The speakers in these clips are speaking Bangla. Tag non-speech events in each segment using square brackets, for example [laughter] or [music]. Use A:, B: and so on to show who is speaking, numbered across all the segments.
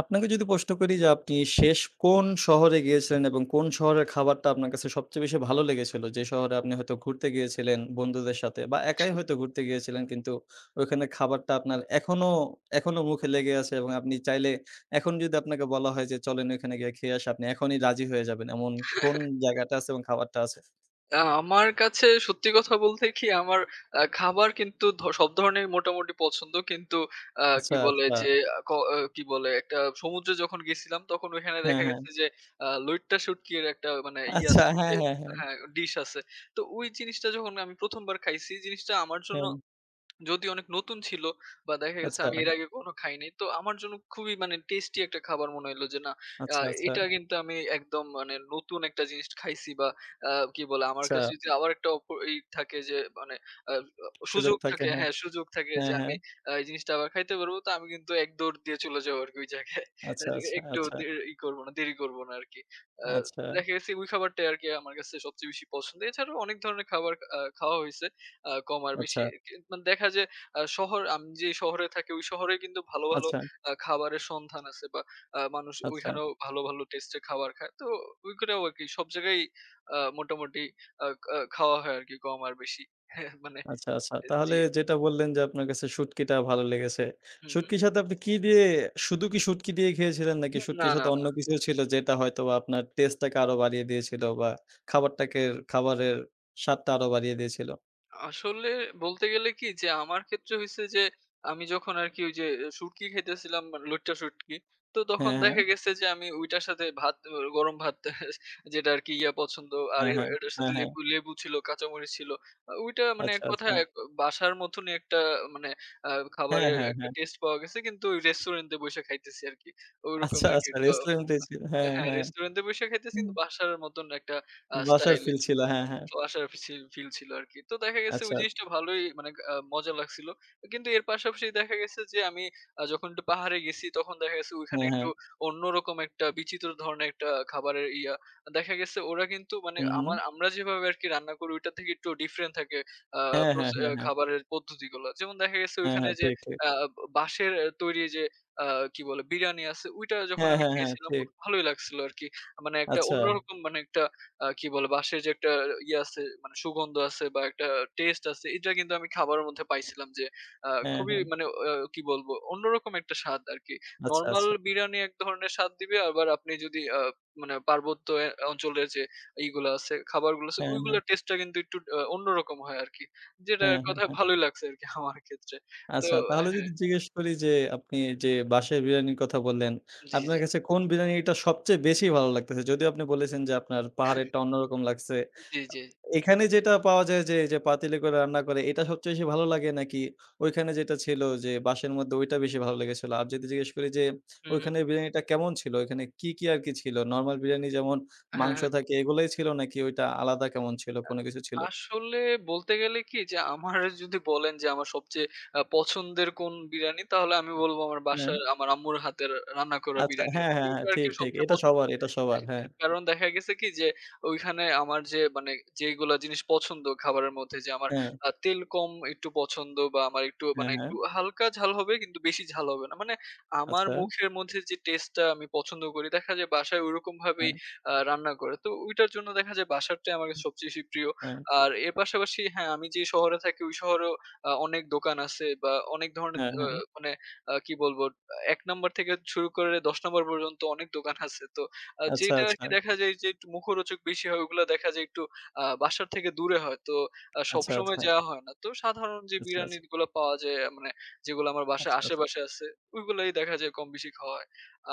A: আপনাকে যদি প্রশ্ন করি যে আপনি শেষ কোন শহরে গিয়েছিলেন এবং কোন শহরের খাবারটা আপনার কাছে সবচেয়ে বেশি ভালো লেগেছিল? যে শহরে আপনি হয়তো ঘুরতে গিয়েছিলেন বন্ধুদের সাথে বা একাই হয়তো ঘুরতে গিয়েছিলেন কিন্তু ওইখানের খাবারটা আপনার এখনো, এখনো মুখে লেগে আছে এবং আপনি চাইলে এখন যদি আপনাকে বলা হয় যে চলেন ওইখানে গিয়ে খেয়ে আসি, আপনি এখনই রাজি হয়ে যাবেন। এমন কোন জায়গাটা আছে এবং খাবারটা আছে?
B: আমার কাছে সত্যি কথা বলতে কি আমার খাবার কিন্তু সব ধরনের মোটামুটি পছন্দ। কিন্তু কি
A: আচ্ছা,
B: বলে
A: আচ্ছা।
B: যে আ ক আ কি বলে একটা সমুদ্রে যখন গেছিলাম তখন ওইখানে
A: হ্যাঁ,
B: দেখা
A: হ্যাঁ।
B: গেছে যে লইট্টা শুটকির একটা মানে ইয়ে
A: আচ্ছা,
B: আছে যে,
A: হ্যাঁ, হ্যাঁ, হ্যাঁ,
B: হ্যাঁ, ডিশ আছে। তো ওই জিনিসটা যখন আমি ১ম বার খাইছি, জিনিসটা আমার জন্য
A: হ্যাঁ।
B: যদি অনেক নতুন ছিল, বা দেখা গেছে
A: আচ্ছা,
B: আমি এর আগে কখনো খাই নাই। তো আমার জন্য খুবই মানে টেস্টি একটা খাবার মনে হইলো যে, না। আ
A: আচ্ছা, আচ্ছা,
B: এটা কিন্তু আমি একদম মানে নতুন একটা জিনিস খাইছি। বা কি বলে আমার
A: আচ্ছা।
B: কাছে যদি আবার একটা ই থাকে যে মানে আ
A: সুযোগ
B: সুযোগ
A: থাকে।
B: থাকে,
A: হ্যাঁ,
B: হ্যাঁ, সুযোগ থাকে যে
A: হ্যাঁ, হ্যাঁ।
B: আমি এই জিনিসটা আবার খাইতে পারবো। তো আমি কিন্তু এক দৌড় দিয়ে চলে যাবো আরকি ওই জায়গায়। [laughs]
A: আচ্ছা,
B: আর
A: আচ্ছা,
B: একটু
A: আচ্ছা।
B: দে ই করবো না, দেরি করবো না আরকি। আ
A: আচ্ছা,
B: দেখা গেছে ওই খাবারটাই আরকি আমার কাছে সবচেয়ে বেশি পছন্দ। এছাড়াও অনেক ধরনের খাবার খাওয়া হইছে। কম আর বেশি
A: আচ্ছা,
B: কি মানে দেখা যায় আ শহর আমি যে শহরে থাকি ওই শহরে কিন্তু ভালো, ভালো
A: আচ্ছা,
B: খাবারের সন্ধান আছে, বা মানুষ
A: আচ্ছা,
B: ওইখানেও ভালো, ভালো টেস্ট এর খাবার খায়। তো ওই করেও আরকি সব জায়গায়ই মোটামুটি আ আ খাওয়া হয় আরকি কম আর বেশি। [laughs] হ্যাঁ, মানে
A: আচ্ছা, আচ্ছা। তাহলে
B: জি।
A: যেটা বললেন যে আপনার কাছে শুটকিটা ভালো লেগেছে।
B: হুম, হুম।
A: শুটকির সাথে আপনি কি দিয়ে শুধু কি শুটকি দিয়ে খেয়েছিলেন নাকি
B: না,
A: শুটকির
B: না।
A: সাথে অন্য কিছুও ছিল যেটা হয়তোবা আপনার টেস্টটাকে আরো বাড়িয়ে দিয়েছিল বা খাবারটাকে খাবারের স্বাদটা আরো বাড়িয়ে দিয়েছিল?
B: আসলে বলতে গেলে কি যে আমার ক্ষেত্রে হইছে যে আমি যখন আরকি ওই যে শুটকি খাইতেছিলাম, মানে লইট্টা শুটকি, তো তখন
A: হ্যাঁ, হ্যাঁ,
B: দেখা গেছে যে আমি ওইটার সাথে ভাত অ গরম ভাত [laughs] যেটা আরকি ইয়া পছন্দ। আর
A: হ্যাঁ, হ্যাঁ,
B: এটার সাথে
A: হ্যাঁ, হ্যাঁ।
B: লেবু, লেবু ছিল, কাঁচামরিচ ছিল। ওইটা মানে
A: আচ্ছা,
B: এক
A: আচ্ছা।
B: কথায় এক বাসার মতনই একটা মানে আ
A: হ্যাঁ,
B: খাবারের
A: হ্যাঁ,
B: একটা
A: হ্যাঁ।
B: টেস্ট পাওয়া গেছে, কিন্তু ওই রেস্টুরেন্টে বইসা খাইতেছি আরকি। ঐরকম
A: আচ্ছা,
B: আরকি
A: আচ্ছা
B: একটা,
A: রেস্টুরেন্টে ছিল। হ্যাঁ,
B: হ্যাঁ,
A: হ্যাঁ।
B: রেস্টুরেন্টে বইসা খাইতেছি
A: হুম।
B: কিন্তু বাসার মতন একটা
A: বাসার
B: স্টাইলে।
A: ফিল ছিল। হ্যাঁ, হ্যাঁ।
B: তো আসার ফিল ছিল আরকি। তো দেখা গেছে ওই
A: আচ্ছা। আচ্ছা,
B: জিনিসটা ভালোই মানে মজা লাগছিল। কিন্তু এর পাশাপাশি দেখা গেছে যে আমি যখন একটু পাহাড়ে গেছি তখন দেখা গেছে ওইখানে
A: হ্যাঁ,
B: একটু
A: হ্যাঁ।
B: অন্যরকম একটা বিচিত্র ধরনের একটা খাবারের ইয়া। দেখা গেছে ওরা কিন্তু মানে
A: হুম, হুম।
B: আমরা যেভাবে আরকি রান্না করি ওইটা থেকে একটু ডিফারেন্ট থাকে আ
A: হ্যাঁ,
B: প্রস
A: হ্যাঁ,
B: আ
A: হ্যাঁ, হ্যাঁ।
B: খাবারের পদ্ধতিগুলো। যেমন দেখা গেছে
A: হ্যাঁ,
B: ওইখানে
A: হ্যাঁ।
B: যে
A: ঠিক, ঠিক।
B: আ বাঁশের তৈরি যে আ কি বলে বিরিয়ানি আছে, ওইটা যখন
A: হ্যাঁ,
B: আমি
A: হ্যাঁ, হ্যাঁ।
B: খেয়েছিলাম
A: ঠিক।
B: খুব ভালোই লাগছিল আরকি। মানে একটা
A: আচ্ছা।
B: অন্যরকম মানে একটা কি বলে বাঁশের যে একটা ইয়ে আছে, মানে সুগন্ধ আছে বা একটা টেস্ট আছে, এটা কিন্তু আমি খাবারের মধ্যে পাইছিলাম যে
A: হ্যাঁ,
B: খুবই
A: হ্যাঁ।
B: মানে কি বলবো অন্যরকম একটা স্বাদ আরকি।
A: আচ্ছা,
B: নরমাল
A: আচ্ছা।
B: বিরিয়ানি এক ধরনের স্বাদ দিবে, আবার আপনি যদি মানে পার্বত্য অঞ্চলের যে ইগুলা আছে, খাবারগুলো আছে
A: হ্যাঁ, হ্যাঁ।
B: ওইগুলোর টেস্টটা কিন্তু একটু অন্যরকম হয় আরকি। যেটা
A: হ্যাঁ,
B: এক
A: হ্যাঁ,
B: কথায়
A: হ্যাঁ।
B: ভালোই লাগছে আরকি আমার ক্ষেত্রে। তো
A: আচ্ছা তাহলে
B: হ্যাঁ,
A: যদি জিজ্ঞেস করি যে আপনি যে বাসায় বিরিয়ানির কথা বললেন,
B: জি, জি,
A: আপনার কাছে কোন বিরিয়ানিটা সবচেয়ে বেশি ভালো লাগতেছে? যদিও আপনি বলেছেন যে আপনার পাহাড়েরটা অন্যরকম লাগছে।
B: জি, জি।
A: এখানে যেটা পাওয়া যায় যে পাতিলে করে রান্না করে এটা সবচেয়ে বেশি ভালো লাগে নাকি ওইখানে যেটা ছিল যে বাঁশের মধ্যে ওইটা বেশি ভালো লেগেছিল? আর যদি জিজ্ঞেস করি যে
B: হু, হু।
A: ওইখানের বিরিয়ানিটা কেমন ছিল? ওইখানে কি, কি আরকি ছিল? নরমাল বিরিয়ানি যেমন
B: হ্যাঁ,
A: মাংস
B: হ্যাঁ।
A: থাকে এগুলাই ছিল নাকি ওইটা আলাদা কেমন ছিল? কোন কিছু ছিল?
B: আসলে বলতে গেলে কি যে আমার [laughs] যদি বলেন যে আমার সবচেয়ে পছন্দের কোন বিরিয়ানি, তাহলে আমি বলব আমার
A: হ্যাঁ।
B: বাসার, আমার আম্মুর হাতের রান্না করা
A: আচ্ছা।
B: বিরিয়ানি
A: হ্যাঁ,
B: আরকি।
A: হ্যাঁ,
B: ওটা
A: হ্যাঁ।
B: আরকি
A: ঠিক, ঠিক।
B: সবচেয়ে
A: এটা
B: পছন্দ।
A: সবার, এটা সবার। হ্যাঁ,
B: [laughs] কারণ দেখা গেছে কি যে ওইখানে আমার যে মানে যেগুলা জিনিস পছন্দ খাবারের মধ্যে, যে আমার
A: হ্যাঁ,
B: তেল কম একটু পছন্দ, বা আমার একটু মানে
A: হ্যাঁ, হ্যাঁ।
B: একটু হালকা ঝাল হবে কিন্তু বেশি ঝাল হবে না। মানে আমার
A: আচ্ছা।
B: মুখের মধ্যে যে টেস্টটা আমি পছন্দ করি, দেখা যায় বাসায় ওরকম ভাবেই
A: হ্যাঁ,
B: রান্না করে। তো ওইটার জন্য দেখা যায় বাসারটাই আমার কাছে সবচেয়ে বেশি প্রিয়।
A: হ্যাঁ,
B: আর এর পাশাপাশি হ্যাঁ, আমি যে শহরে থাকি ওই শহরেও অনেক দোকান আছে, বা অনেক ধরনের
A: হ্যাঁ, হ্যাঁ।
B: মানে কি বলবো? ১ নাম্বার থেকে শুরু করে ১০ নাম্বার পর্যন্ত অনেক দোকান আছে। তো
A: আচ্ছা,
B: যেটা
A: আচ্ছা,
B: আরকি দেখা যায় যে একটু মুখরোচক বেশি হয় ওগুলা দেখা যায় একটু বাসার থেকে দূরে হয়। তো
A: আচ্ছা,
B: সবসময়
A: আচ্ছা,
B: যাওয়া হয় না। তো সাধারণ যে
A: আচ্ছা, আচ্ছা,
B: বিরিয়ানিগুলো পাওয়া যায় মানে যেগুলো আমার বাসার
A: আচ্ছা, আচ্ছা,
B: আশেপাশে আছে, ওইগুলাই দেখা যায় কম বেশি খাওয়া হয়।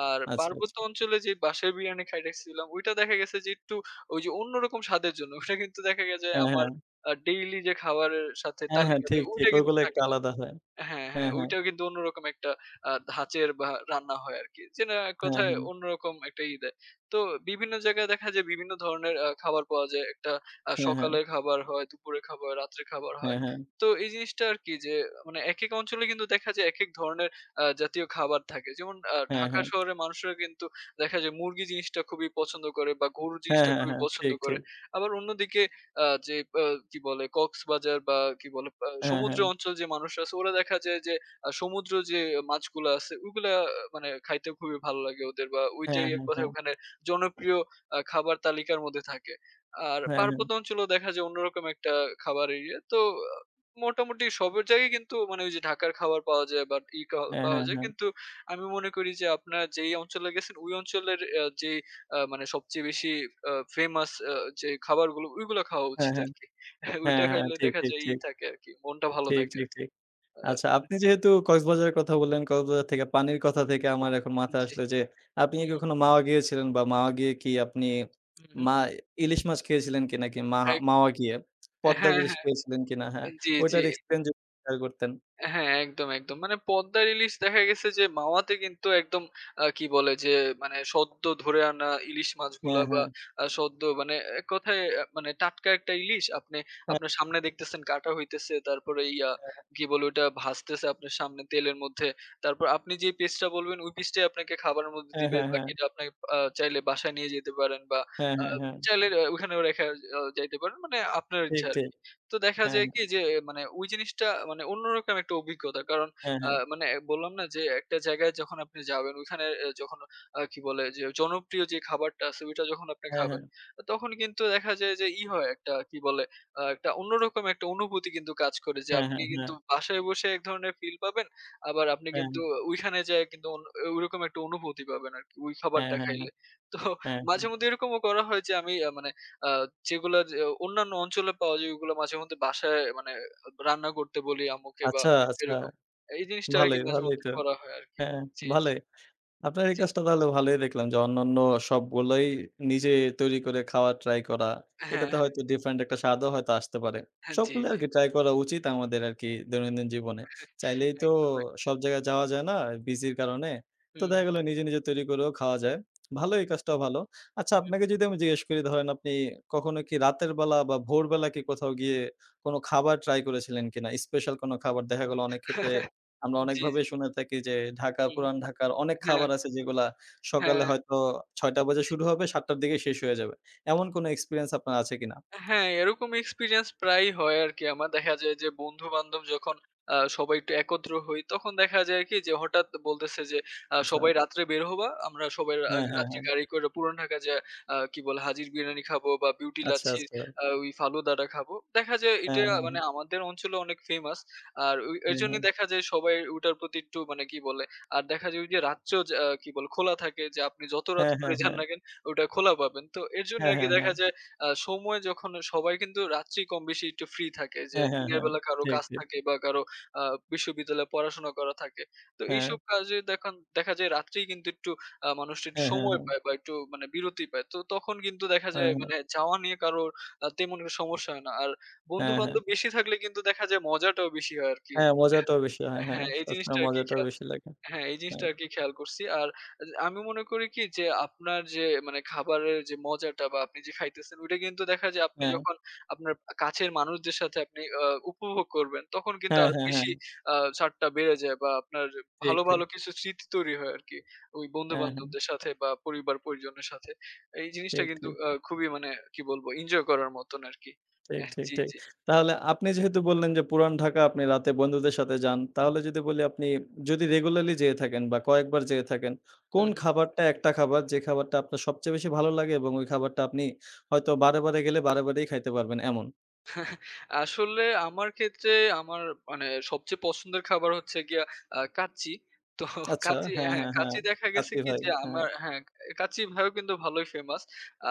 B: আর
A: আচ্ছা,
B: পার্বত্য
A: আচ্ছা।
B: অঞ্চলে যে বাসায় বিরিয়ানি খাইতেছিলাম, ওইটা দেখা গেছে যে একটু ওই যে অন্যরকম স্বাদের জন্য ওটা কিন্তু দেখা গেছে
A: হ্যাঁ,
B: আমার
A: হ্যাঁ।
B: ডেইলি যে খাবারের সাথে
A: হ্যাঁ, হ্যাঁ।
B: তালিকা
A: ঠিক,
B: থাকে,
A: ঠিক।
B: ওইটা কিন্তু
A: ওইগুলো একটু
B: থাকে না।
A: আলাদা হয়।
B: হ্যাঁ, হ্যাঁ।
A: হ্যাঁ, হ্যাঁ,
B: ওইটাও কিন্তু অন্যরকম একটা ধাঁচের বা রান্না হয় আরকি। যেটা এক
A: হ্যাঁ,
B: কথায়
A: হ্যাঁ,
B: অন্যরকম একটা ই দেয়। তো বিভিন্ন জায়গায় দেখা যায় বিভিন্ন ধরনের খাবার পাওয়া যায়। একটা
A: হ্যাঁ, হ্যাঁ,
B: সকালের খাবার হয়, দুপুরের খাবার, রাত্রের খাবার
A: হ্যাঁ,
B: হয়।
A: হ্যাঁ, হ্যাঁ, হ্যাঁ,
B: তো এই জিনিসটা আরকি যে মানে একেক অঞ্চলে কিন্তু দেখা যায় একেক ধরনের জাতীয় খাবার থাকে। যেমন
A: হ্যাঁ,
B: ঢাকা
A: হ্যাঁ।
B: শহরের মানুষরা কিন্তু দেখা যায় মুরগি জিনিসটা খুবই পছন্দ করে, বা গরু
A: হ্যাঁ,
B: জিনিসটা খুবই পছন্দ
A: ঠিক,
B: করে।
A: ঠিক।
B: আবার অন্যদিকে আ যে আ কি বলে কক্সবাজার বা কি বলে
A: হ্যাঁ,
B: সমুদ্র
A: হ্যাঁ,
B: অঞ্চল, যে মানুষরা আছে ওরা দেখা যায় যে সমুদ্র যে মাছগুলা আছে ওগুলা, আহ, মানে খাইতে খুবই ভালো লাগে ওদের, বা
A: হ্যাঁ,
B: ওইটাই এক
A: হ্যাঁ,
B: কথায়
A: হ্যাঁ,
B: ওখানে জনপ্রিয় খাবার তালিকার মধ্যে থাকে। আর
A: হ্যাঁ,
B: পার্বত্য অঞ্চলেও দেখা যায় অন্যরকম একটা খাবার এরিয়া। তো আ মোটামুটি সবের জায়গায় কিন্তু মানে ওই যে ঢাকার খাবার পাওয়া যায় বা ই খাওয়া
A: হ্যাঁ,
B: পাওয়া
A: হ্যাঁ,
B: যায়।
A: হ্যাঁ,
B: কিন্তু আমি মনে করি যে আপনারা যেই অঞ্চলে গেছেন, ওই অঞ্চলের আ যে আ মানে সবচেয়ে বেশি ফেমাস যে খাবারগুলো, ওইগুলো খাওয়া
A: হ্যাঁ,
B: উচিত
A: হ্যাঁ,
B: আরকি। [laughs] ওইটা
A: হ্যাঁ, হ্যাঁ,
B: খাইলে
A: ঠিক,
B: দেখা
A: ঠিক,
B: যায় ই
A: ঠিক,
B: থাকে আরকি। মনটা ভালো
A: ঠিক,
B: থাকে
A: ঠিক,
B: আরকি।
A: ঠিক।
B: আ
A: আচ্ছা, আপনি যেহেতু কক্সবাজারের কথা বললেন, কক্সবাজার থেকে পানির কথা থেকে আমার এখন মাথায়
B: জি।
A: আসলো যে, আপনি
B: হু,
A: কি
B: হু,
A: কখনো মাওয়া গিয়েছিলেন? বা মাওয়া গিয়ে কি আপনি
B: হু, হু।
A: মা ইলিশ মাছ খেয়েছিলেন কিনা? কি
B: এক
A: মাওয়া গিয়ে পদ্মার
B: হ্যাঁ,
A: ইলিশ
B: হ্যাঁ।
A: খেয়েছিলেন কিনা? হ্যাঁ,
B: জি, জি।
A: ওইটার এক্সপেরিয়েন্স যদি শেয়ার করতেন।
B: হ্যাঁ, একদম, একদম। মানে পদ্মার ইলিশ দেখা গেছে যে মাওয়াতে কিন্তু একদম কি বলে যে মানে সদ্য ধরে আনা ইলিশ মাছগুলা,
A: হ্যাঁ,
B: বা
A: হ্যাঁ,
B: সদ্য মানে এক কথায় মানে টাটকা একটা ইলিশ আপনি
A: হ্যাঁ,
B: আপনার সামনে দেখতেছেন কাটা হইতেছে। তারপরে ইয়া কি বলে ওটা ভাজতেছে আপনার সামনে তেলের মধ্যে। তারপর আপনি যে পিসটা বলবেন, ওই পিসটাই আপনাকে খাবারের মধ্যে
A: হ্যাঁ,
B: দিবে।
A: হ্যাঁ, হ্যাঁ,
B: বাকিটা আপনাকে চাইলে বাসায় নিয়ে যেতে পারেন, বা
A: হ্যাঁ,
B: আ
A: হ্যাঁ, হ্যাঁ,
B: চাইলে ওখানেও রেখে যাইতে পারেন। মানে আপনার
A: ঠিক,
B: ইচ্ছা
A: ঠিক।
B: আরকি। তো দেখা
A: হ্যাঁ,
B: যায় কি যে মানে ওই জিনিসটা মানে অন্যরকম একটা অভিজ্ঞতা। কারণ
A: হ্যাঁ, হ্যাঁ,
B: মানে বললাম না যে একটা জায়গায় যখন আপনি যাবেন, ওইখানে যখন কি বলে যে জনপ্রিয় যে খাবারটা আছে ওইটা যখন আপনি
A: হ্যাঁ,
B: খাবেন, তখন কিন্তু দেখা যায় যে ই হয় একটা কি বলে একটা অন্যরকম একটা অনুভূতি কিন্তু কাজ করে, যে
A: হ্যাঁ, হ্যাঁ, হ্যাঁ,
B: আপনি
A: হ্যাঁ,
B: কিন্তু
A: হ্যাঁ,
B: বাসায় বসে এক ধরনের ফিল পাবেন। আবার আপনি
A: হ্যাঁ,
B: কিন্তু ওইখানে যেয়ে কিন্তু ওইরকম একটা অনুভূতি পাবেন আরকি ওই
A: হ্যাঁ,
B: খাবারটা খাইলে। তো
A: হ্যাঁ, হ্যাঁ।
B: মাঝে মধ্যে এরকমও করা হয় যে আমি মানে আ যেগুলা যে অন্যান্য অঞ্চলে পাওয়া যায় ওগুলো মাঝেমধ্যে বাসায় মানে রান্না করতে বলি আম্মুকে, বা
A: আচ্ছা, আচ্ছা,
B: এরকম। এই জিনিসটা আরকি
A: ভালোই, ভালোই
B: মাঝেমধ্যে
A: তো।
B: করা হয় আরকি।
A: হ্যাঁ,
B: জি, জি,
A: ভালোই। আপনার এই
B: জি।
A: কাজটা তাহলে ভালোই দেখলাম যে অন্যান্য সবগুলোই নিজে তৈরি করে খাওয়ার ট্রাই করা।
B: হ্যাঁ,
A: এটাতে
B: হ্যাঁ।
A: হয়তো ডিফারেন্ট একটা স্বাদও হয়তো আসতে পারে।
B: হ্যাঁ, জি,
A: সবগুলো
B: জি।
A: আরকি ট্রাই করা উচিত আমাদের আরকি দৈনন্দিন জীবনে। চাইলেই
B: একদম,
A: তো
B: একদম।
A: সব জায়গায় যাওয়া যায় না বিজির কারণে। তো
B: হুম,
A: দেখা গেল নিজে, নিজে তৈরি করেও খাওয়া যায়। ভালো এই কাজটাও ভালো। আচ্ছা আপনাকে
B: হুম।
A: যদি আমি জিজ্ঞেস করি ধরেন আপনি কখনো কি রাতের বেলা বা ভোরবেলা কি কোথাও গিয়ে কোনো খাবার ট্রাই করেছিলেন কিনা? স্পেশাল কোনো
B: হুম।
A: খাবার দেখা গেল অনেক ক্ষেত্রে
B: [laughs]
A: আমরা
B: জি,
A: অনেকভাবে
B: জি।
A: শুনে থাকি যে ঢাকা,
B: হুম।
A: পুরান ঢাকার অনেক
B: হ্যাঁ,
A: খাবার আছে যেগুলা সকালে
B: হ্যাঁ।
A: হয়তো ৬:০০ বাজে শুরু হবে, ৭:০০ র দিকে শেষ হয়ে যাবে। এমন কোনো এক্সপেরিয়েন্স আপনার আছে কিনা?
B: হ্যাঁ, এরকম এক্সপেরিয়েন্স প্রায়ই হয় আরকি আমার। দেখা যায় যে বন্ধু-বান্ধব যখন সবাই একটু একত্র হই, তখন দেখা যায় কি যে হঠাৎ বলতেছে যে,
A: আচ্ছা।
B: "সবাই রাত্রে বের হবা। আমরা সবাই
A: হ্যাঁ, হ্যাঁ,
B: রাত্রে
A: হ্যাঁ।
B: গাড়ি করে পুরান ঢাকা যায়া কি বলে হাজির বিরিয়ানি খাবো, বা বিউটি
A: আচ্ছা,
B: লাচ্ছির
A: আচ্ছা।
B: ওই ফালুদাটা খাবো।" দেখা যায়
A: হ্যাঁ,
B: এটা
A: হ্যাঁ,
B: মানে আমাদের অঞ্চলে অনেক ফেমাস। আর ওই
A: হ্যাঁ,
B: এরজন্যই দেখা যায় সবাই ওটার প্রতি একটু মানে কি বলে। আর দেখা যায় ওই যে রাত্রেও কি বলে খোলা থাকে, যে আপনি যত রাত
A: হ্যাঁ, হ্যাঁ,
B: করে
A: হ্যাঁ,
B: যান
A: হ্যাঁ, হ্যাঁ,
B: না কেন ওটা খোলা পাবেন। তো এর জন্য
A: হ্যাঁ,
B: আরকি দেখা
A: হ্যাঁ,
B: যায় সময় যখন সবাই কিন্তু রাত্রি কম বেশি একটু ফ্রি থাকে, যে
A: হ্যাঁ, হ্যাঁ,
B: দিনের
A: হ্যাঁ,
B: বেলা কারো
A: ঠিক,
B: কাজ
A: ঠিক।
B: থাকে বা কারো আ বিশ্ববিদ্যালয়ে পড়াশোনা করা থাকে। তো
A: হ্যাঁ,
B: এইসব কাজে দেখন দেখা যায় রাত্রেই কিন্তু একটু মানুষ একটু
A: হ্যাঁ, হ্যাঁ,
B: সময়
A: হ্যাঁ,
B: পায়, বা একটু মানে বিরতি পায়। তো তখন কিন্তু দেখা যায়
A: হ্যাঁ,
B: মানে যাওয়া নিয়ে কারোর তেমন কোনো সমস্যা হয় না। আর
A: হ্যাঁ, হ্যাঁ, হ্যাঁ,
B: বন্ধু-বান্ধব বেশি থাকলে কিন্তু দেখা যায় মজাটাও বেশি হয় আরকি।
A: হ্যাঁ,
B: মানে
A: মজাটাও বেশি হয়। হ্যাঁ,
B: হ্যাঁ,
A: সবসময় মজাটাও বেশি লাগে।
B: এই জিনিসটা
A: হ্যাঁ,
B: আরকি খেয়াল করছি। আর আমি মনে করি কি যে আপনার যে মানে খাবারের যে মজাটা, বা আপনি যে খাইতেছেন ওইটা কিন্তু দেখা যায় আপনি
A: হ্যাঁ,
B: যখন আপনার কাছের মানুষদের সাথে আপনি উপভোগ করবেন, তখন কিন্তু
A: হ্যাঁ,
B: আরো
A: হ্যাঁ, হ্যাঁ,
B: বেশি আ স্বাদটা বেড়ে যায়, বা আপনার
A: ঠিক,
B: ভালো,
A: ঠিক।
B: ভালো কিছু স্মৃতি তৈরি হয় আরকি। ওই
A: হ্যাঁ, হ্যাঁ,
B: বন্ধু-বান্ধবদের সাথে বা পরিবার-পরিজনের সাথে। এই জিনিসটা
A: ঠিক,
B: কিন্তু
A: ঠিক।
B: খুবই মানে কি বলবো এনজয় করার মতন আরকি।
A: ঠিক,
B: অ্যা
A: ঠিক,
B: জি,
A: ঠিক।
B: জি।
A: তাহলে আপনি যেহেতু বললেন যে পুরান ঢাকা আপনি রাতে বন্ধুদের সাথে যান। তাহলে যদি বলি আপনি যদি রেগুলারলি যেয়ে থাকেন বা কয়েকবার যেয়ে থাকেন,
B: হু,
A: কোন
B: হু।
A: খাবারটা একটা খাবার যে খাবারটা আপনার সবচেয়ে বেশি ভালো লাগে এবং ওই খাবারটা আপনি হয়তো বারে, বারে গেলে বারে, বারেই খাইতে পারবেন এমন?
B: আসলে আমার ক্ষেত্রে আমার মানে সবচেয়ে পছন্দের খাবার হচ্ছে গিয়া কাচ্চি। তো [laughs]
A: আচ্ছা,
B: কাচ্চি,
A: হ্যাঁ,
B: হ্যাঁ,
A: হ্যাঁ, হ্যাঁ।
B: কাচ্চি দেখা গেছে
A: কাচ্চি
B: কি
A: ভাই।
B: যে
A: হ্যাঁ,
B: আমার, হ্যাঁ, কাচ্চি ভাইও কিন্তু ভালোই ফেমাস।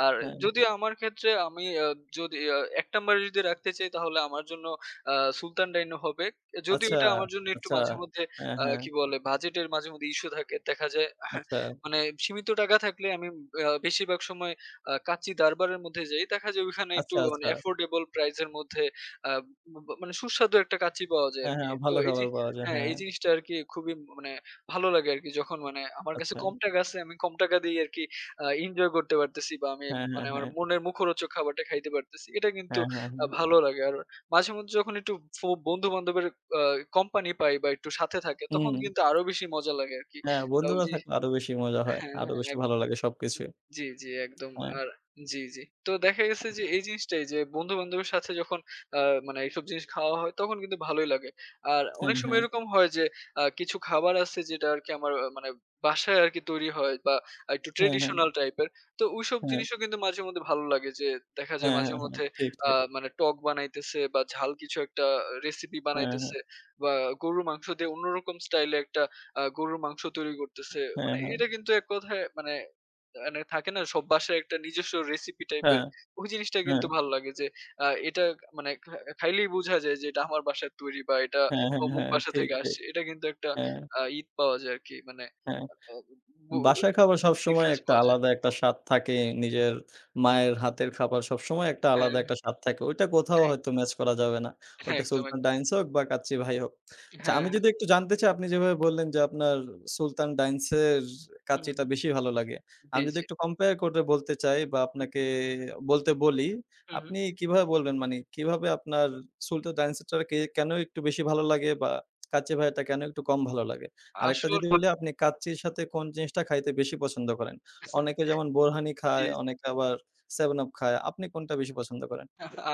B: আর
A: হ্যাঁ।
B: যদিও আমার ক্ষেত্রে আমি আ যদি আ ১ নাম্বারে যদি রাখতে চাই, তাহলে আমার জন্য আ সুলতান ডাইনো হবে। যদিও
A: আচ্ছা,
B: এটা আমার জন্য একটু
A: আচ্ছা।
B: মাঝেমধ্যে
A: হ্যাঁ, হ্যাঁ।
B: কি বলে বাজেটের মাঝেমধ্যে ইস্যু থাকে। দেখা যায় হ্যাঁ,
A: আচ্ছা,
B: মানে সীমিত টাকা থাকলে আমি বেশিরভাগ সময় কাচ্চি দরবারের মধ্যে যাই। দেখা যায় ওইখানে একটু
A: আচ্ছা,
B: মানে
A: আচ্ছা।
B: অ্যাফোর্ডেবল প্রাইস এর মধ্যে আ মানে সুস্বাদু একটা কাঁচি পাওয়া যায়
A: হ্যাঁ,
B: আরকি।
A: হ্যাঁ।
B: তো
A: ভালো
B: এই যে
A: খাবার পাওয়া যায়।
B: হ্যাঁ,
A: হ্যাঁ,
B: এই জিনিসটা আরকি খুবই মানে ভালো লাগে আরকি যখন মানে আমার কাছে
A: আচ্ছা।
B: কম টাকা আছে, আমি কম টাকা দিয়ে আরকি এনজয় করতে পারতেছি, বা আমি
A: হ্যাঁ,
B: মানে
A: হ্যাঁ,
B: আমার
A: হ্যাঁ।
B: মনের মুখরোচক খাবারটা খাইতে পারতেছি। এটা কিন্তু
A: হ্যাঁ, হ্যাঁ, হ্যাঁ।
B: ভালো লাগে। আর মাঝে মধ্যে যখন একটু ফ বন্ধু-বান্ধবের আ কোম্পানি পাই, বা একটু সাথে থাকে, তখন
A: হুম।
B: কিন্তু আরো বেশি মজা লাগে আরকি।
A: হ্যাঁ,
B: ওই
A: বন্ধুরা
B: যে
A: থাকলে আরো বেশি মজা হয়।
B: হ্যাঁ,
A: আরো বেশি
B: হ্যাঁ।
A: ভালো লাগে সবকিছুই।
B: জি, জি, একদম।
A: হ্যাঁ,
B: আর জি, জি। তো দেখা গেছে যে এই জিনিসটাই যে বন্ধু-বান্ধবের সাথে যখন আ মানে এইসব জিনিস খাওয়া হয় তখন কিন্তু ভালোই লাগে। আর অনেক
A: হ্যাঁ,
B: সময়
A: হ্যাঁ,
B: এরকম হয় যে কিছু খাবার আছে যেটা আরকি আমার মানে বাসায় আরকি তৈরি হয় বা একটু
A: হ্যাঁ, হ্যাঁ,
B: ট্র্যাডিশনাল টাইপের। তো ওইসব
A: হ্যাঁ,
B: জিনিসও কিন্তু মাঝে মধ্যে ভালো লাগে যে দেখা যায়
A: হ্যাঁ,
B: মাঝে
A: হ্যাঁ, হ্যাঁ,
B: মধ্যে
A: ঠিক, ঠিক।
B: মানে টক বানাইতেছে বা ঝাল কিছু একটা রেসিপি
A: হ্যাঁ, হ্যাঁ,
B: বানাইতেছে বা গরুর মাংস দিয়ে অন্যরকম স্টাইলে একটা গরুর মাংস তৈরি করতেছে।
A: হ্যাঁ,
B: মানে
A: হ্যাঁ,
B: এটা কিন্তু এক কথায় মানে মানে থাকে না সব বাসায় একটা নিজস্ব রেসিপি টাইপের
A: হ্যাঁ,
B: ওই জিনিসটা
A: হ্যাঁ,
B: কিন্তু ভালো লাগে যে এটা মানে খাইলেই বোঝা যায় যে এটা আমার বাসার তৈরি বা এটা
A: হ্যাঁ, হ্যাঁ,
B: অমুক
A: হ্যাঁ,
B: বাসা
A: ঠিক,
B: থেকে
A: ঠিক।
B: আসছে। এটা কিন্তু একটা
A: হ্যাঁ,
B: ঈদ পাওয়া যায় আর কি, মানে
A: হ্যাঁ। বাসার খাবার সবসময়
B: ডিফারেন্স
A: একটা
B: পাওয়া যায়।
A: আলাদা একটা স্বাদ থাকে। নিজের মায়ের হাতের খাবার সবসময় একটা
B: হ্যাঁ,
A: আলাদা একটা স্বাদ থাকে। ওইটা কোথাও
B: হ্যাঁ,
A: হয়তো ম্যাচ করা যাবে না।
B: হ্যাঁ,
A: ওইটা
B: একদম
A: সুলতান
B: একদম।
A: ডাইন্স হোক বা কাচ্চি ভাই হোক। আচ্ছা
B: হ্যাঁ,
A: আমি
B: হ্যাঁ।
A: যদি একটু জানতে চাই আপনি যেভাবে বললেন যে আপনার সুলতান ডাইন্সের
B: হুম, হুম,
A: কাচ্চিটা বেশি ভালো লাগে।
B: জি
A: আমি যদি
B: জি।
A: একটু কম্পেয়ার করে বলতে চাই বা
B: হুম,
A: আপনাকে
B: হুম,
A: বলতে বলি,
B: হুম, হুম।
A: আপনি কিভাবে বলবেন? মানে কিভাবে আপনার সুলতান ডাইন্সেরটা কে কেন একটু বেশি ভালো লাগে বা কাচ্চি ভাইয়াটা কেন একটু কম ভালো লাগে? আরেকটা
B: আসল।
A: যদি বলি আপনি কাচ্চির সাথে কোন জিনিসটা খাইতে বেশি পছন্দ করেন? অনেকে
B: [laughs]
A: যেমন বোরহানি
B: জি।
A: খায়, অনেকে আবার 7 Up খায়। আপনি কোনটা বেশি পছন্দ করেন?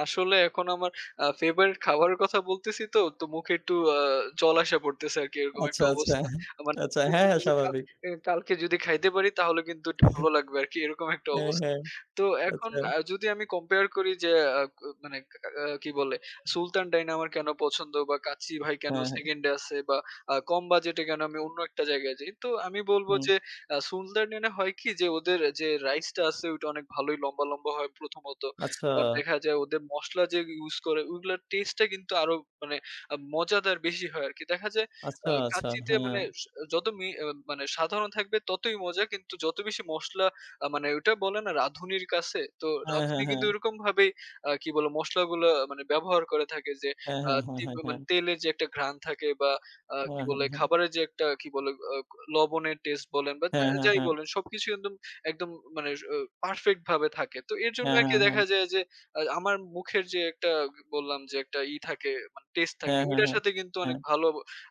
B: আসলে এখন আমার ফেভারিট খাবারের কথা বলতেছি, তো মুখে একটু জল আশা পড়তেছে আরকি, এরকম একটা
A: আচ্ছা, আচ্ছা।
B: অবস্থা। মানে
A: আচ্ছা,
B: মনে
A: হ্যাঁ,
B: হইতেছে
A: হ্যাঁ,
B: যে
A: স্বাভাবিক।
B: কালকে যদি খাইতে পারি তাহলে কিন্তু একটু ভালো লাগবে আরকি, এরকম একটা
A: হ্যাঁ,
B: অবস্থা।
A: হ্যাঁ,
B: তো এখন
A: আচ্ছা।
B: যদি আমি কম্পেয়ার করি যে আ ক মানে কা আ কি বলে সুলতান ডাইন আমার কেন পছন্দ বা কাচ্চি ভাই কেন
A: হ্যাঁ,
B: 2nd
A: হ্যাঁ।
B: এ আছে বা কম বাজেটে কেন আমি অন্য একটা জায়গায় যাই। তো আমি বলবো
A: হুম।
B: যে সুলতান ডাইনে হয় কি, যে ওদের যে রাইসটা আছে ওইটা অনেক ভালোই লম্বা, লম্বা হয় প্রথমত।
A: আচ্ছা,
B: আবার দেখা যায় ওদের মসলা যে ইউজ করে ওইগুলার টেস্টটা কিন্তু আরো মানে আ মজাদার বেশি হয় আরকি। দেখা যায়
A: আচ্ছা, আচ্ছা।
B: কাচ্চিতে
A: হ্যাঁ।
B: মানে স যত মি আ মানে সাধারণ থাকবে ততই মজা। কিন্তু যত বেশি মসলা মানে ওইটা বলে না রাঁধুনির কাছে, তো
A: হ্যাঁ,
B: রাঁধুনি
A: হ্যাঁ,
B: কিন্তু
A: হ্যাঁ।
B: ওইরকমভাবেই আ কি বলে মসলাগুলা মানে ব্যবহার করে থাকে যে
A: হ্যাঁ,
B: আ
A: হ্যাঁ, হ্যাঁ,
B: তিব
A: হ্যাঁ, হ্যাঁ।
B: মানে তেলের যে একটা ঘ্রাণ থাকে বা আ কি
A: হ্যাঁ, হ্যাঁ,
B: বলে
A: হ্যাঁ।
B: খাবারের যে একটা কি বলে আ লবণের টেস্ট বলেন বা যা যাই
A: হ্যাঁ,
B: বলেন সবকিছু একদম, একদম মানে স পারফেক্ট ভাবে থাকে। তো এর জন্য
A: হ্যাঁ,
B: আরকি
A: হ্যাঁ।
B: দেখা যায় যে আমার মুখের যে একটা বললাম যে একটা ই থাকে মানে টেস্ট থাকে
A: হ্যাঁ, হ্যাঁ, হ্যাঁ। হ্যাঁ, হ্যাঁ,
B: ওইটার
A: হ্যাঁ।
B: সাথে কিন্তু অনেক ভালো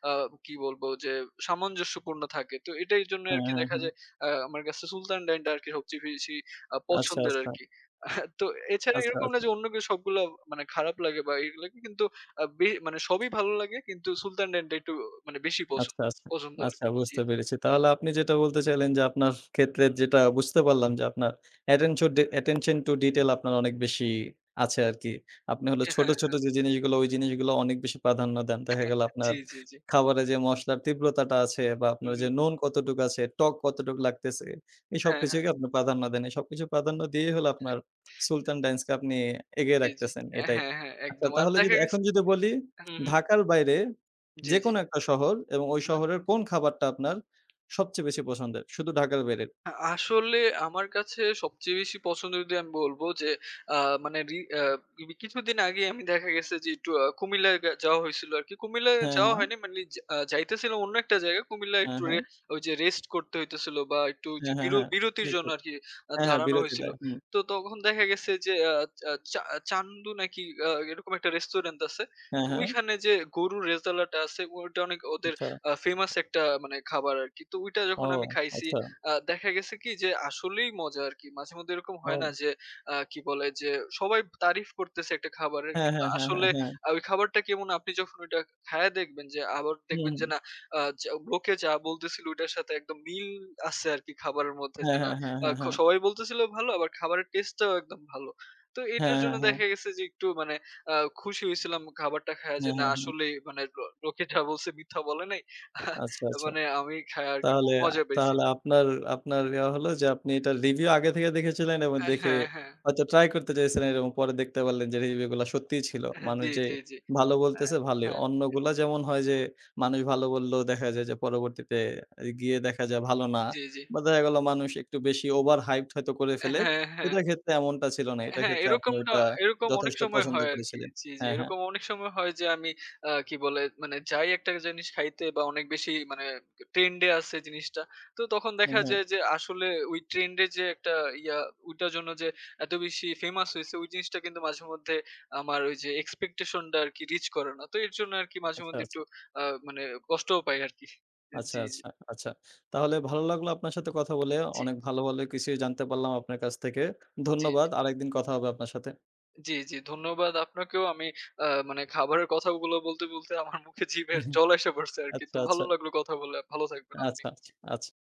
B: আ কি বলবো যে সামঞ্জস্যপূর্ণ থাকে। তো এটার জন্য
A: হ্যাঁ,
B: আরকি
A: হ্যাঁ,
B: দেখা
A: হ্যাঁ।
B: যায় আমার কাছে সুলতান ডাইনটা আরকি সবচেয়ে বেশি
A: আচ্ছা,
B: পছন্দের
A: আচ্ছা।
B: আরকি। [laughs] তো এছাড়া
A: আচ্ছা,
B: এরকম না
A: আচ্ছা।
B: যে অন্য কিছু সবগুলা মানে খারাপ লাগে বা এগুলা কিন্তু আ বে মানে সবই ভালো লাগে, কিন্তু সুলতান ডাইনটা একটু মানে বেশি পছন্দ
A: আচ্ছা, আচ্ছা।
B: পছন্দ আরকি।
A: আচ্ছা
B: জি,
A: বুঝতে পেরেছি। তাহলে আপনি যেটা বলতে চাইলেন যে আপনার ক্ষেত্রে যেটা বুঝতে পারলাম যে আপনার attention to detail আপনার অনেক বেশি আছে আরকি। আপনি হলো
B: হ্যাঁ,
A: ছোট,
B: হ্যাঁ,
A: ছোট যে জিনিসগুলো ওই জিনিসগুলো অনেক বেশি প্রাধান্য দেন। দেখা গেল আপনার
B: জি, জি, জি।
A: খাবারে যে মসলার তীব্রতাটা আছে বা
B: হুম,
A: আপনার যে
B: হুম।
A: নুন কতটুকু আছে, টক কতটুকু লাগতেছে, এই
B: হ্যাঁ, হ্যাঁ।
A: সবকিছুকে আপনি প্রাধান্য দেন। এই সবকিছু প্রাধান্য দিয়েই হলো আপনার
B: হ্যাঁ,
A: সুলতান ডাইন্স কে আপনি এগিয়ে
B: জি, জি।
A: রাখতেছেন এটাই।
B: হ্যাঁ, হ্যাঁ,
A: আচ্ছা
B: একদম। আর
A: তাহলে
B: দেখা
A: যদি
B: গেছে।
A: এখন যদি বলি
B: হুম, হুম।
A: ঢাকার বাইরে
B: জি, জি।
A: যেকোনো একটা শহর এবং ওই
B: হুম।
A: শহরের কোন খাবারটা আপনার সবচেয়ে বেশি পছন্দের? শুধু ঢাকার বাইরের।
B: আসলে আমার কাছে সবচেয়ে বেশি পছন্দ যদি আমি বলব যে, আ মানে রি আ কিছুদিন আগেই আমি দেখা গেছে যে একটু কুমিল্লায় যাওয়া হইছিল আরকি। কুমিল্লায়
A: হ্যাঁ,
B: যাওয়া
A: হ্যাঁ,
B: হয়নি মানে যা আ যাইতেছিলাম অন্য একটা জায়গায়। কুমিল্লায়
A: হ্যাঁ,
B: একটু
A: হ্যাঁ,
B: ওই যে রেস্ট করতে হইতেছিল বা একটু ওই যে
A: হ্যাঁ, হ্যাঁ, হ্যাঁ,
B: বিরতির
A: ঠিক,
B: জন্য
A: ঠিক।
B: আরকি
A: হ্যাঁ, হ্যাঁ,
B: দাঁড়ানো
A: বিরতি
B: হইছিল।
A: দেয়। হুম।
B: তো তখন দেখা গেছে যে আ আ চা চান্দু নাকি এরকম একটা রেস্টুরেন্ট আছে।
A: হ্যাঁ,
B: তো
A: হ্যাঁ,
B: ওইখানে যে গরুর রেজালাটা আছে ওইটা অনেক ওদের
A: আচ্ছা।
B: ফেমাস একটা মানে খাবার আরকি। তো ওইটা যখন
A: ও
B: আমি খাইছি
A: আচ্ছা।
B: দেখা গেছে কি যে আসলেই মজা আরকি। মাঝে মধ্যে এরকম হয় না
A: ও
B: যে আ কি বলে যে সবাই তারিফ করতেছে একটা খাবারের,
A: হ্যাঁ,
B: কিন্তু
A: হ্যাঁ, হ্যাঁ,
B: আসলে
A: হ্যাঁ, হ্যাঁ।
B: ওই খাবারটা কেমন আপনি যখন ওইটা খায়া দেখবেন যে আবার দেখবেন
A: হুম,
B: যে
A: হুম।
B: না যা লোকে যা বলতেছিল ওইটার সাথে একদম মিল আছে আরকি খাবারের মধ্যে, যে
A: হ্যাঁ,
B: না
A: হ্যাঁ, হ্যাঁ,
B: আ
A: হ্যাঁ,
B: খ
A: হ্যাঁ।
B: সবাই বলতেছিল ভালো আবার খাবারের টেস্টটাও একদম ভালো। তো এটার
A: হ্যাঁ,
B: জন্য
A: হ্যাঁ, হ্যাঁ।
B: দেখা গেছে যে একটু মানে আ খুশি হইছিলাম খাবারটা খায়া, যে
A: হ্যাঁ,
B: না
A: হ্যাঁ, হ্যাঁ।
B: আসলেই মানে লোকে যা বলছে মিথ্যা বলে নাই। [laughs] আহ,
A: আচ্ছা, আচ্ছা।
B: মানে আমি খায়া আরকি
A: তাহলে
B: মজা পাইছি।
A: তাহলে আপনার আপনার ইয়া হলো যে আপনি এটার রিভিউ আগে থেকে দেখেছিলেন এবং দেখে
B: হ্যাঁ, হ্যাঁ।
A: হয়তো ট্রাই করতে চাইছিলেন এবং পরে দেখতে পারলেন যে রিভিউ গুলা সত্যিই ছিল।
B: হ্যাঁ,
A: মানুষ
B: জি,
A: যে
B: জি, জি।
A: ভালো
B: আ
A: বলতেছে ভালোই।
B: হ্যাঁ।
A: অন্যগুলা যেমন হয় যে মানুষ ভালো বললেও দেখা যায় যে পরবর্তীতে গিয়ে দেখা যায় ভালো না।
B: জি, জি।
A: বা দেখা গেল মানুষ একটু বেশি ওভার হাইপড হয়তো করে ফেলে।
B: হ্যাঁ, হ্যাঁ।
A: এটার ক্ষেত্রে এমনটা ছিল না। এটার
B: হ্যাঁ,
A: ক্ষেত্রে আপনি ওইটা
B: এরকম অনেক
A: যথেষ্ট
B: সময়
A: পছন্দ
B: হয় আরকি।
A: করেছিলেন।
B: জি, জি।
A: হ্যাঁ, হ্যাঁ।
B: এরকম অনেক সময় হয় যে আমি আ কি বলে মানে যাই একটা জিনিস খাইতে বা অনেক বেশি মানে ট্রেন্ড এ আছে জিনিসটা। তো তখন
A: হ্যাঁ,
B: দেখা
A: হ্যাঁ।
B: যায় যে আসলে ওই ট্রেন্ড এর যে একটা ইয়া ওইটার জন্য যে এত বেশি ফেমাস হইছে ওই জিনিসটা কিন্তু মাঝে মধ্যে আমার ওই যে এক্সপেকটেশন টা আরকি রিচ করে না। তো এর জন্য আরকি মাঝে
A: আচ্ছা,
B: মধ্যে একটু
A: আচ্ছা।
B: আ মানে কষ্টও পাই আরকি। জি,
A: আচ্ছা,
B: জি,
A: আচ্ছা, আচ্ছা। তাহলে ভালো লাগলো আপনার সাথে কথা বলে।
B: জি,
A: অনেক ভালো, ভালো কিছুই জানতে পারলাম আপনার কাছ থেকে।
B: জি।
A: ধন্যবাদ। আরেকদিন কথা হবে আপনার সাথে।
B: জি, জি। ধন্যবাদ আপনাকেও। আমি মানে খাবারের কথাগুলো বলতে আমার মুখে জিভের
A: [laughs]
B: জল এসে পড়ছে আরকি।
A: আচ্ছা,
B: তো ভালো
A: আচ্ছা,
B: লাগলো কথা বলে। ভালো থাকবেন আপনি।
A: আচ্ছা, আচ্ছা।